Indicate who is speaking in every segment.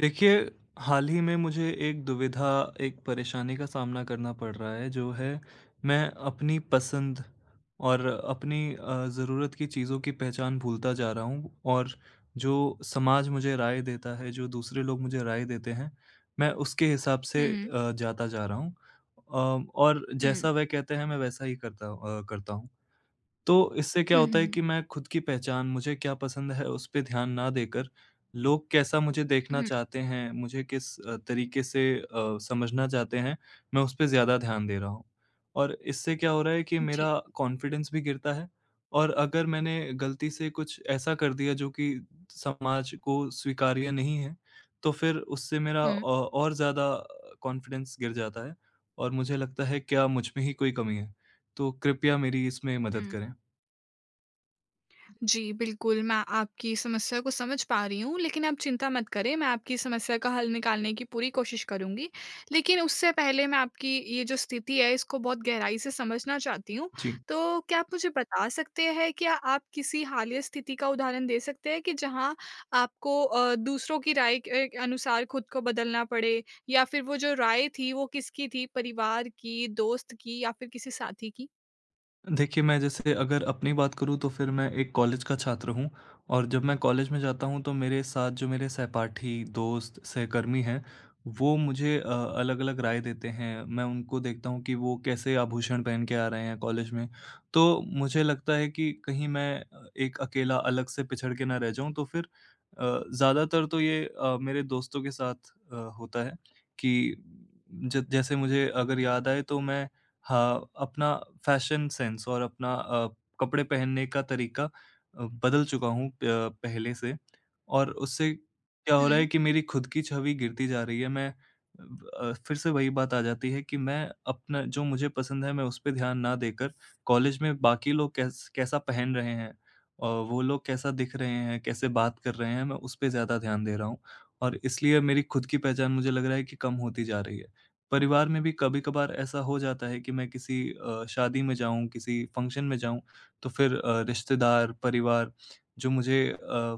Speaker 1: देखिए, हाल ही में मुझे एक दुविधा, एक परेशानी का सामना करना पड़ रहा है, जो है मैं अपनी पसंद और अपनी ज़रूरत की चीज़ों की पहचान भूलता जा रहा हूँ और जो समाज मुझे राय देता है, जो दूसरे लोग मुझे राय देते हैं, मैं उसके हिसाब से
Speaker 2: हुँ,
Speaker 1: जाता जा रहा हूँ, और
Speaker 2: हुँ।
Speaker 1: जैसा वह कहते हैं मैं वैसा ही करता हूँ। तो इससे क्या
Speaker 2: हुँ,
Speaker 1: होता है
Speaker 2: हुँ,
Speaker 1: कि मैं खुद की पहचान, मुझे क्या पसंद है उस पे ध्यान ना देकर, लोग कैसा मुझे देखना
Speaker 2: हुँ,
Speaker 1: चाहते हैं, मुझे किस तरीके से समझना चाहते हैं, मैं उस पे ज़्यादा ध्यान दे रहा हूँ। और इससे क्या हो रहा है कि
Speaker 2: जी।
Speaker 1: मेरा कॉन्फिडेंस भी गिरता है और अगर मैंने गलती से कुछ ऐसा कर दिया जो कि समाज को स्वीकार्य नहीं है, तो फिर उससे मेरा
Speaker 2: हुँ,
Speaker 1: और ज़्यादा कॉन्फिडेंस गिर जाता है और मुझे लगता है क्या मुझ में ही कोई कमी है? तो कृपया मेरी इसमें मदद
Speaker 2: हुँ।
Speaker 1: करें।
Speaker 2: जी, बिल्कुल, मैं आपकी समस्या को समझ पा रही हूँ, लेकिन आप चिंता मत करें, मैं आपकी समस्या का हल निकालने की पूरी कोशिश करूँगी। लेकिन उससे पहले मैं आपकी ये जो स्थिति है, इसको बहुत गहराई से समझना चाहती हूँ।
Speaker 1: जी।
Speaker 2: तो क्या आप मुझे बता सकते हैं, क्या आप किसी हालिया स्थिति का उदाहरण दे सकते हैं कि जहाँ आपको दूसरों की राय के अनुसार खुद को बदलना पड़े? या फिर वो जो राय थी, वो किसकी थी, परिवार की, दोस्त की या फिर किसी साथी की?
Speaker 1: देखिए, मैं जैसे अगर अपनी बात करूँ तो फिर मैं एक कॉलेज का छात्र हूँ और जब मैं कॉलेज में जाता हूँ तो मेरे साथ जो मेरे सहपाठी, दोस्त, सहकर्मी हैं, वो मुझे अलग-अलग राय देते हैं। मैं उनको देखता हूँ कि वो कैसे आभूषण पहन के आ रहे हैं कॉलेज में। तो मुझे लगता है कि कहीं मैं एक अकेला अलग से पिछड़ के ना रह जाऊँ, तो फिर ज़्यादातर तो ये मेरे दोस्तों के साथ होता है कि ज जैसे मुझे अगर याद आए तो मैं, हाँ, अपना फ़ैशन सेंस और अपना कपड़े पहनने का तरीका बदल चुका हूँ प पहले से और उससे क्या हो रहा है
Speaker 2: हुँ,
Speaker 1: कि मेरी खुद की छवि गिरती जा रही है। मैं, फिर से वही बात आ जाती है कि मैं अपना जो मुझे पसंद है मैं उस पे ध्यान ना देकर कॉलेज में बाकी लोग कैसा पहन रहे हैं और वो लोग कैसा दिख रहे हैं, कैसे बात कर रहे हैं, मैं उस पे ज़्यादा ध्यान दे रहा हूँ और इसलिए मेरी खुद की पहचान मुझे लग रहा है कि कम होती जा रही है। परिवार में भी कभी-कभार ऐसा हो जाता है कि मैं किसी शादी में जाऊँ, किसी फंक्शन में जाऊँ, तो फिर रिश्तेदार, परिवार जो मुझे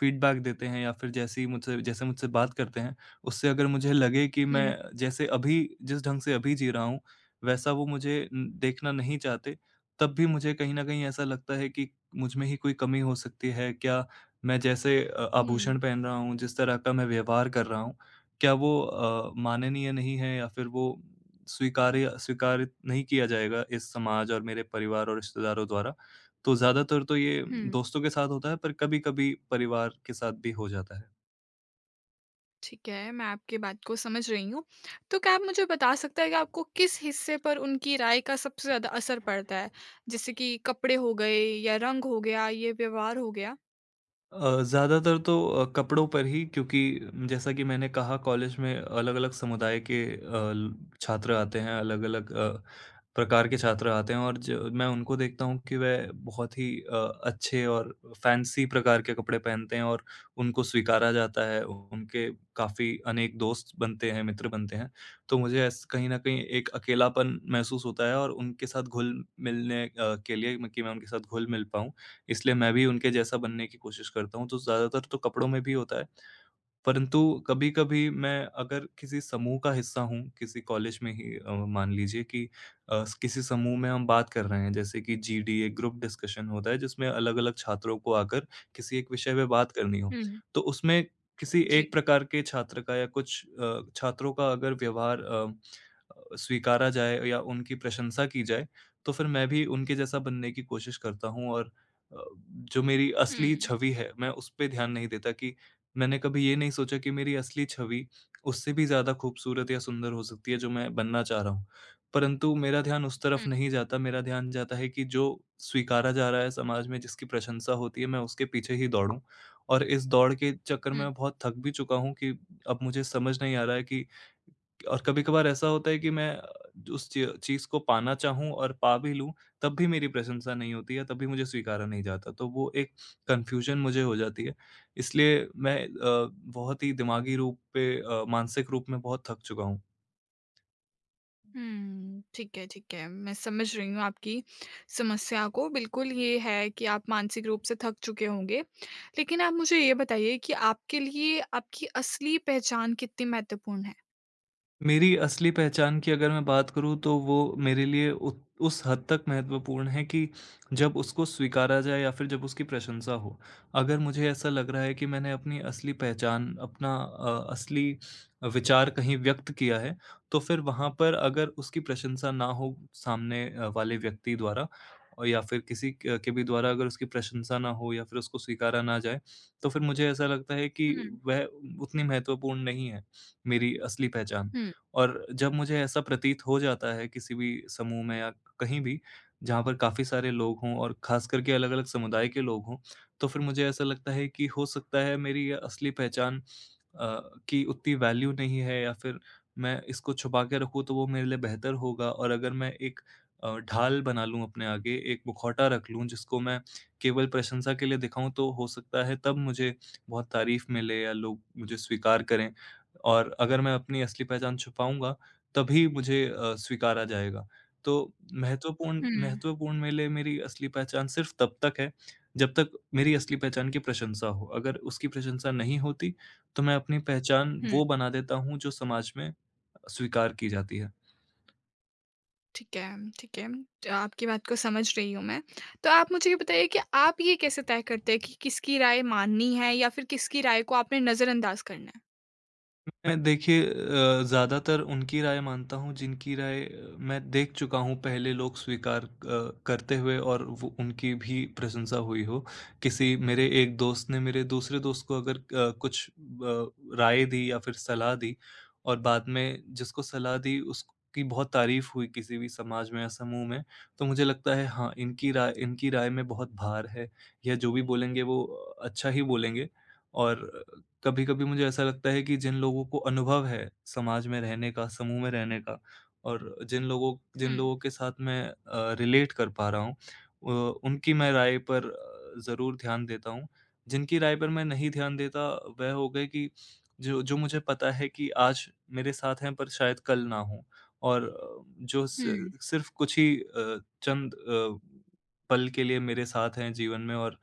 Speaker 1: फीडबैक देते हैं या फिर जैसी मुझसे जैसे मुझसे बात करते हैं, उससे अगर मुझे लगे कि मैं
Speaker 2: हुँ,
Speaker 1: जैसे अभी जिस ढंग से अभी जी रहा हूँ, वैसा वो मुझे देखना नहीं चाहते, तब भी मुझे कहीं न कहीं ऐसा लगता है कि मुझ में ही कोई कमी हो सकती है। क्या मैं जैसे
Speaker 2: हुँ,
Speaker 1: आभूषण पहन रहा हूँ, जिस तरह का मैं व्यवहार कर रहा हूँ, क्या वो माननीय नहीं है या फिर वो स्वीकार्य स्वीकारित नहीं किया जाएगा इस समाज और मेरे परिवार और रिश्तेदारों द्वारा। तो ज़्यादातर तो ये
Speaker 2: हुँ।
Speaker 1: दोस्तों के साथ होता है पर कभी-कभी परिवार के साथ भी हो जाता है।
Speaker 2: ठीक है, मैं आपकी बात को समझ रही हूँ। तो क्या आप मुझे बता सकते हैं कि आपको किस हिस्से पर उनकी राय का सबसे ज़्यादा असर पड़ता है? जैसे कि कपड़े हो गए या रंग हो गया, ये व्यवहार हो गया?
Speaker 1: ज़्यादातर तो कपड़ों पर ही, क्योंकि जैसा कि मैंने कहा कॉलेज में अलग-अलग समुदाय के ल छात्र आते हैं, अलग-अलग प्रकार के छात्र आते हैं और ज मैं उनको देखता हूँ कि वह बहुत ही अच्छे और फैंसी प्रकार के कपड़े पहनते हैं और उनको स्वीकारा जाता है, उनके काफ़ी अनेक दोस्त बनते हैं, मित्र बनते हैं। तो मुझे ऐस कहीं न कहीं एक अकेलापन महसूस होता है और उनके साथ घुल मिलने के लिए, मैं उनके साथ घुल मिल पाऊँ इसलिए मैं भी उनके जैसा बनने की कोशिश करता हूँ, तो ज़्यादातर तो कपड़ों में भी होता है परंतु कभी-कभी मैं अगर किसी समूह का हिस्सा हूँ, किसी कॉलेज में ही, मान लीजिए कि किसी समूह में हम बात कर रहे हैं, जैसे कि जीडीए ग्रुप डिस्कशन होता है, जिसमें अलग-अलग छात्रों को आकर किसी एक विषय पे बात करनी हो।
Speaker 2: हुँ,
Speaker 1: तो उसमें किसी
Speaker 2: जी।
Speaker 1: एक प्रकार के छात्र का या कुछ छात्रों का अगर व्यवहार स्वीकारा जाए या उनकी प्रशंसा की जाए, तो फिर मैं भी उनके जैसा बनने की कोशिश करता हूँ और अ, जो मेरी असली
Speaker 2: हुँ,
Speaker 1: छवि है, मैं उस पे ध्यान नहीं देता कि मैंने कभी ये नहीं सोचा कि मेरी असली छवि उससे भी ज़्यादा खूबसूरत या सुंदर हो सकती है जो मैं बनना चाह रहा हूँ। परंतु मेरा ध्यान उस तरफ
Speaker 2: हुँ,
Speaker 1: नहीं जाता, मेरा ध्यान जाता है कि जो स्वीकारा जा रहा है समाज में, जिसकी प्रशंसा होती है, मैं उसके पीछे ही दौड़ूँ। और इस दौड़ के चक्कर में
Speaker 2: हुँ,
Speaker 1: मैं बहुत थक भी चुका हूँ कि अब मुझे समझ नहीं आ रहा है कि, और कभी-कभार ऐसा होता है कि मैं उस च चीज़ को पाना चाहूँ और पा भी लूँ, तब भी मेरी प्रशंसा नहीं होती है, तब भी मुझे स्वीकारा नहीं जाता। तो वो एक कन्फ्यूज़न मुझे हो जाती है। इसलिए मैं बहुत ही दिमागी रूप पे, मानसिक रूप में बहुत थक चुका हूँ।
Speaker 2: हुँ। ठीक है, ठीक है। मैं समझ रही हूँ आपकी समस्या को। बिल्कुल, ये है कि आप मानसिक रूप से थक चुके होंगे। लेकिन आप मुझे ये बताइए कि आपके लिए आपकी असली पहचान कितनी महत्वपूर्ण है?
Speaker 1: मेरी असली पहचान की अगर मैं बात करूँ तो वो मेरे लिए उत उस हद तक महत्वपूर्ण है कि जब उसको स्वीकारा जाए या फिर जब उसकी प्रशंसा हो। अगर मुझे ऐसा लग रहा है कि मैंने अपनी असली पहचान, अपना असली विचार कहीं व्यक्त किया है, तो फिर वहाँ पर अगर उसकी प्रशंसा ना हो सामने वाले व्यक्ति द्वारा और या फिर किसी क के भी द्वारा अगर उसकी प्रशंसा ना हो या फिर उसको स्वीकारा ना जाए, तो फिर मुझे ऐसा लगता है कि
Speaker 2: हुँ,
Speaker 1: वह उतनी महत्वपूर्ण नहीं है, मेरी असली पहचान।
Speaker 2: हुँ।
Speaker 1: और जब मुझे ऐसा प्रतीत हो जाता है किसी भी समूह में या कहीं भी जहाँ पर काफ़ी सारे लोग हों और ख़ास करके अलग-अलग समुदाय के लोग हों, तो फिर मुझे ऐसा लगता है कि हो सकता है मेरी ये असली पहचान अ, की उतनी वैल्यू नहीं है या फिर मैं इसको छुपा के रखूँ तो वो मेरे लिए बेहतर होगा और अगर मैं एक ढाल बना लूँ अपने आगे, एक मुखौटा रख लूँ जिसको मैं केवल प्रशंसा के लिए दिखाऊँ तो हो सकता है तब मुझे बहुत तारीफ़ मिले या लोग मुझे स्वीकार करें। और अगर मैं अपनी असली पहचान छुपाऊँगा, तभी मुझे स्वीकारा जाएगा। तो महत्वपूर्ण
Speaker 2: हुँ,
Speaker 1: महत्वपूर्ण मेरे लिए मेरी असली पहचान सिर्फ़ तब तक है, जब तक मेरी असली पहचान की प्रशंसा हो। अगर उसकी प्रशंसा नहीं होती, तो मैं अपनी पहचान
Speaker 2: हुँ।
Speaker 1: वो बना देता हूँ, जो समाज में स्वीकार की जाती है।
Speaker 2: ठीक है, ठीक है। तो आपकी बात को समझ रही हूँ मैं। तो आप मुझे ये बताइए कि आप ये कैसे तय करते हैं कि किसकी राय माननी है या फिर किसकी राय को आपने नज़रअंदाज़ करना है?
Speaker 1: मैं, देखिए, ज़्यादातर उनकी राय मानता हूँ जिनकी राय मैं देख चुका हूँ पहले लोग स्वीकार करते हुए और वो उनकी भी प्रशंसा हुई हो। किसी मेरे एक दोस्त ने मेरे दूसरे दोस्त को अगर कुछ ब राय दी या फिर सलाह दी और बाद में जिसको सलाह दी उसकी बहुत तारीफ़ हुई किसी भी समाज में या समूह में, तो मुझे लगता है हाँ, इनकी राय में बहुत भार है। यह जो भी बोलेंगे वो अच्छा ही बोलेंगे और कभी-कभी मुझे ऐसा लगता है कि जिन लोगों को अनुभव है समाज में रहने का, समूह में रहने का और जिन लोगों जिन
Speaker 2: हुँ,
Speaker 1: लोगों के साथ मैं रिलेट कर पा रहा हूँ, उनकी मैं राय पर ज़रूर ध्यान देता हूँ। जिनकी राय पर मैं नहीं ध्यान देता वह हो गए कि जो जो मुझे पता है कि आज मेरे साथ हैं पर शायद कल ना हो और, जो सि
Speaker 2: हुँ,
Speaker 1: सिर्फ़ कुछ ही चंद पल के लिए मेरे साथ हैं जीवन में और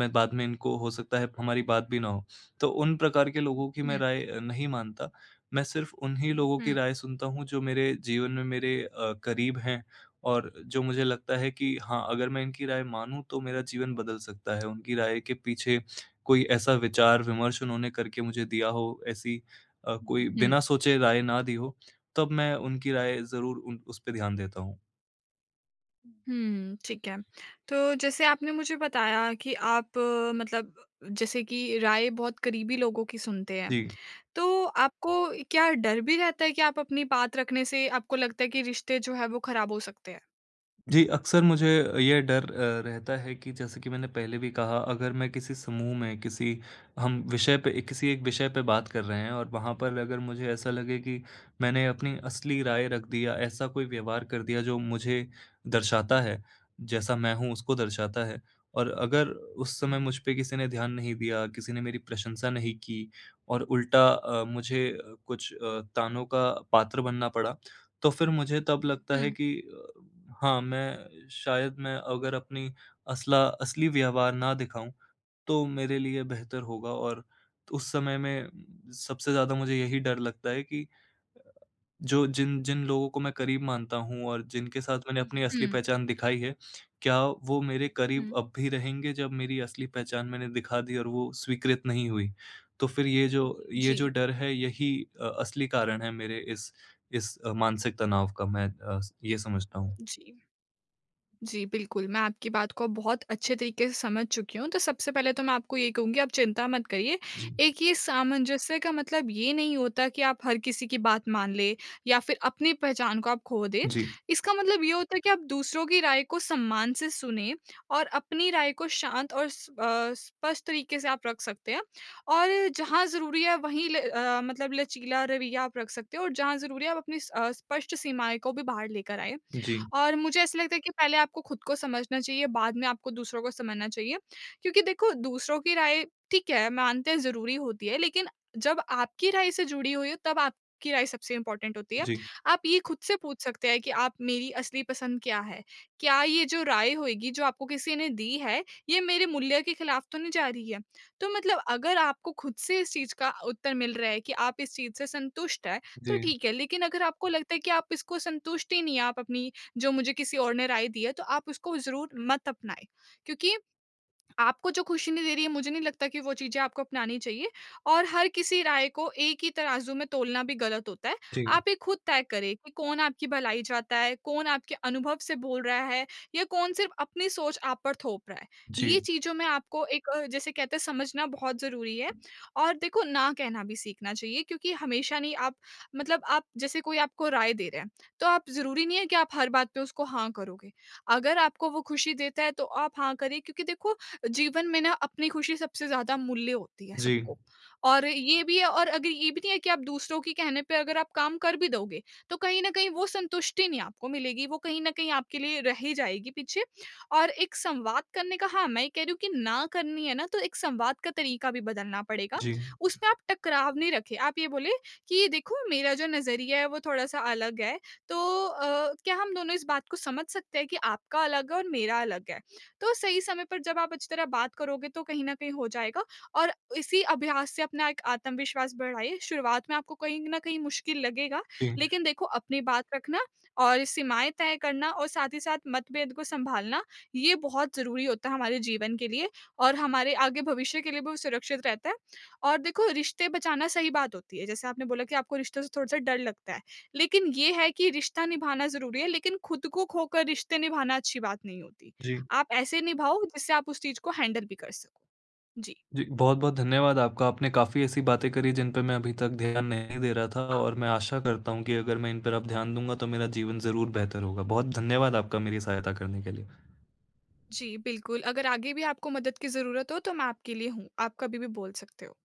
Speaker 1: मैं बाद में इनको, हो सकता है हमारी बात भी ना हो। तो उन प्रकार के लोगों की मैं
Speaker 2: हुँ,
Speaker 1: राय नहीं मानता। मैं सिर्फ़ उन्हीं लोगों की
Speaker 2: हुँ,
Speaker 1: राय सुनता हूँ जो मेरे जीवन में मेरे करीब हैं और जो मुझे लगता है कि हाँ, अगर मैं इनकी राय मानूँ तो मेरा जीवन बदल सकता है। उनकी राय के पीछे कोई ऐसा विचार-विमर्श उन्होंने करके मुझे दिया हो, ऐसी कोई
Speaker 2: हुँ,
Speaker 1: बिना सोचे राय ना दी हो, तब मैं उनकी राय ज़रूर उन उस पे ध्यान देता हूँ।
Speaker 2: हुँ। ठीक है। तो जैसे आपने मुझे बताया कि आप मतलब जैसे कि राय बहुत करीबी लोगों की सुनते हैं।
Speaker 1: जी।
Speaker 2: तो आपको क्या डर भी रहता है कि आप अपनी बात रखने से आपको लगता है कि रिश्ते जो है वो खराब हो सकते हैं?
Speaker 1: जी, अक्सर मुझे ये डर रहता है कि जैसे कि मैंने पहले भी कहा अगर मैं किसी समूह में किसी हम विषय पे किसी एक विषय पे बात कर रहे हैं और वहाँ पर अगर मुझे ऐसा लगे कि मैंने अपनी असली राय रख दिया, ऐसा कोई व्यवहार कर दिया जो मुझे दर्शाता है, जैसा मैं हूँ उसको दर्शाता है और अगर उस समय मुझ पे किसी ने ध्यान नहीं दिया, किसी ने मेरी प्रशंसा नहीं की और उल्टा मुझे कुछ तानों का पात्र बनना पड़ा, तो फिर मुझे तब लगता है
Speaker 2: हुँ,
Speaker 1: कि हाँ, मैं अगर अपनी असला असली व्यवहार ना दिखाऊँ, तो मेरे लिए बेहतर होगा और उस समय में सबसे ज़्यादा मुझे यही डर लगता है कि जो जिन जिन लोगों को मैं करीब मानता हूँ और जिनके साथ मैंने, हुँ, अपनी असली
Speaker 2: हुँ,
Speaker 1: पहचान दिखाई है, क्या वो मेरे करीब
Speaker 2: हुँ।
Speaker 1: अब भी रहेंगे जब मेरी असली पहचान मैंने दिखा दी और वो स्वीकृत नहीं हुई? तो फिर ये जो
Speaker 2: जी,
Speaker 1: डर है यही असली कारण है मेरे इस मानसिक तनाव का, मैं ये समझता हूँ।
Speaker 2: जी। जी, बिल्कुल, मैं आपकी बात को बहुत अच्छे तरीके से समझ चुकी हूँ। तो सबसे पहले तो मैं आपको ये कहूँगी, आप चिंता मत करिए।
Speaker 1: जी,
Speaker 2: एक ये सामंजस्य का मतलब ये नहीं होता कि आप हर किसी की बात मान लें या फिर अपनी पहचान को आप खो दें।
Speaker 1: जी,
Speaker 2: इसका मतलब ये होता है कि आप दूसरों की राय को सम्मान से सुनें और अपनी राय को शांत और स्पष्ट तरीके से आप रख सकते हैं। और जहाँ ज़रूरी है वहीं मतलब लचीला रवैया आप रख सकते हो, और जहाँ ज़रूरी है आप अपनी स्पष्ट सीमाएँ को भी बाहर लेकर आएँ।
Speaker 1: जी,
Speaker 2: और मुझे ऐसा लगता है कि पहले आपको खुद को समझना चाहिए, बाद में आपको दूसरों को समझना चाहिए। क्योंकि देखो, दूसरों की राय ठीक है, मानते हैं ज़रूरी होती है, लेकिन जब आपकी राय से जुड़ी हुई हो, तब आपकी राय सबसे इम्पोर्टेंट होती है।
Speaker 1: जी,
Speaker 2: आप ये खुद से पूछ सकते हैं कि आप मेरी असली पसंद क्या है? क्या ये जो राय होएगी, जो आपको किसी ने दी है, ये मेरे मूल्य के खिलाफ तो नहीं जा रही है? तो मतलब, अगर आपको खुद से इस चीज़ का उत्तर मिल रहा है कि आप इस चीज़ से संतुष्ट हैं, तो
Speaker 1: जी,
Speaker 2: ठीक है। लेकिन अगर आपको लगता है कि आप इसको संतुष्ट ही नहीं हैं, आप अपनी जो मुझे किसी और ने राय दी है, तो आप उसको ज़रूर मत अपनाएँ। क्योंकि आपको जो खुशी नहीं दे रही है, मुझे नहीं लगता कि वो चीज़ें आपको अपनानी चाहिए, और हर किसी राय को एक ही तराजू में तोलना भी गलत होता है।
Speaker 1: जी,
Speaker 2: आप ये खुद तय करें कि कौन आपकी भलाई चाहता है, कौन आपके अनुभव से बोल रहा है, या कौन सिर्फ़ अपनी सोच आप पर थोप रहा है।
Speaker 1: जी,
Speaker 2: ये चीज़ों में आपको एक, जैसे कहते हैं, समझना बहुत ज़रूरी है। और देखो, ना कहना भी सीखना चाहिए, क्योंकि हमेशा नहीं, आप मतलब, आप जैसे कोई आपको राय दे रहा है, तो आप ज़रूरी नहीं है कि आप हर बात पे उसको हाँ करोगे। अगर आपको वो खुशी देता है, तो आप हाँ करिए, क्योंकि देखो, जीवन में ना, अपनी खुशी सबसे ज़्यादा मूल्य होती है
Speaker 1: जी, जी,
Speaker 2: सबको। और ये भी है, और अगर ये भी नहीं है कि आप दूसरों के कहने पे अगर आप काम कर भी दोगे, तो कहीं न कहीं वो संतुष्टि नहीं आपको मिलेगी, वो कहीं न कहीं आपके लिए रह ही जाएगी पीछे। और एक संवाद करने का, हाँ, मैं ये कह रही हूँ कि ना करनी है ना, तो एक संवाद का तरीका भी बदलना पड़ेगा।
Speaker 1: जी,
Speaker 2: उसमें आप टकराव नहीं रखें, आप ये बोले कि देखो, मेरा जो नज़रिया है वो थोड़ा-सा अलग है, तो क्या हम दोनों इस बात को समझ सकते हैं कि आपका अलग है और मेरा अलग है? तो सही समय पर जब आप अच्छी तरह बात करोगे, तो कहीं न कहीं हो जाएगा। और इसी अभ्यास से अपना एक आत्मविश्वास बढ़ाइए। शुरुआत में आपको कहीं न कहीं मुश्किल लगेगा, लेकिन देखो, अपनी बात रखना और सीमाएँ तय करना और साथ ही साथ मतभेद को सँभालना, ये बहुत ज़रूरी होता है हमारे जीवन के लिए, और हमारे आगे भविष्य के लिए भी वो सुरक्षित रहता है। और देखो, रिश्ते बचाना सही बात होती है, जैसे आपने बोला कि आपको रिश्तों से थोड़ा-सा डर लगता है, लेकिन ये है कि रिश्ता निभाना ज़रूरी है, लेकिन खुद को खोकर रिश्ते निभाना अच्छी बात नहीं होती।
Speaker 1: जी,
Speaker 2: आप ऐसे निभाओ जिससे आप उस चीज़ को हैंडल भी कर सको। जी।
Speaker 1: जी, बहुत-बहुत धन्यवाद आपका। आपने काफ़ी ऐसी बातें करी जिन पे मैं अभी तक ध्यान नहीं दे रहा था और मैं आशा करता हूँ कि अगर मैं इन पर अब ध्यान दूँगा तो मेरा जीवन ज़रूर बेहतर होगा। बहुत धन्यवाद आपका मेरी सहायता करने के लिए।
Speaker 2: जी, बिल्कुल। अगर आगे भी आपको मदद की ज़रूरत हो, तो मैं आपके लिए हूँ। आप कभी भी बोल सकते हो।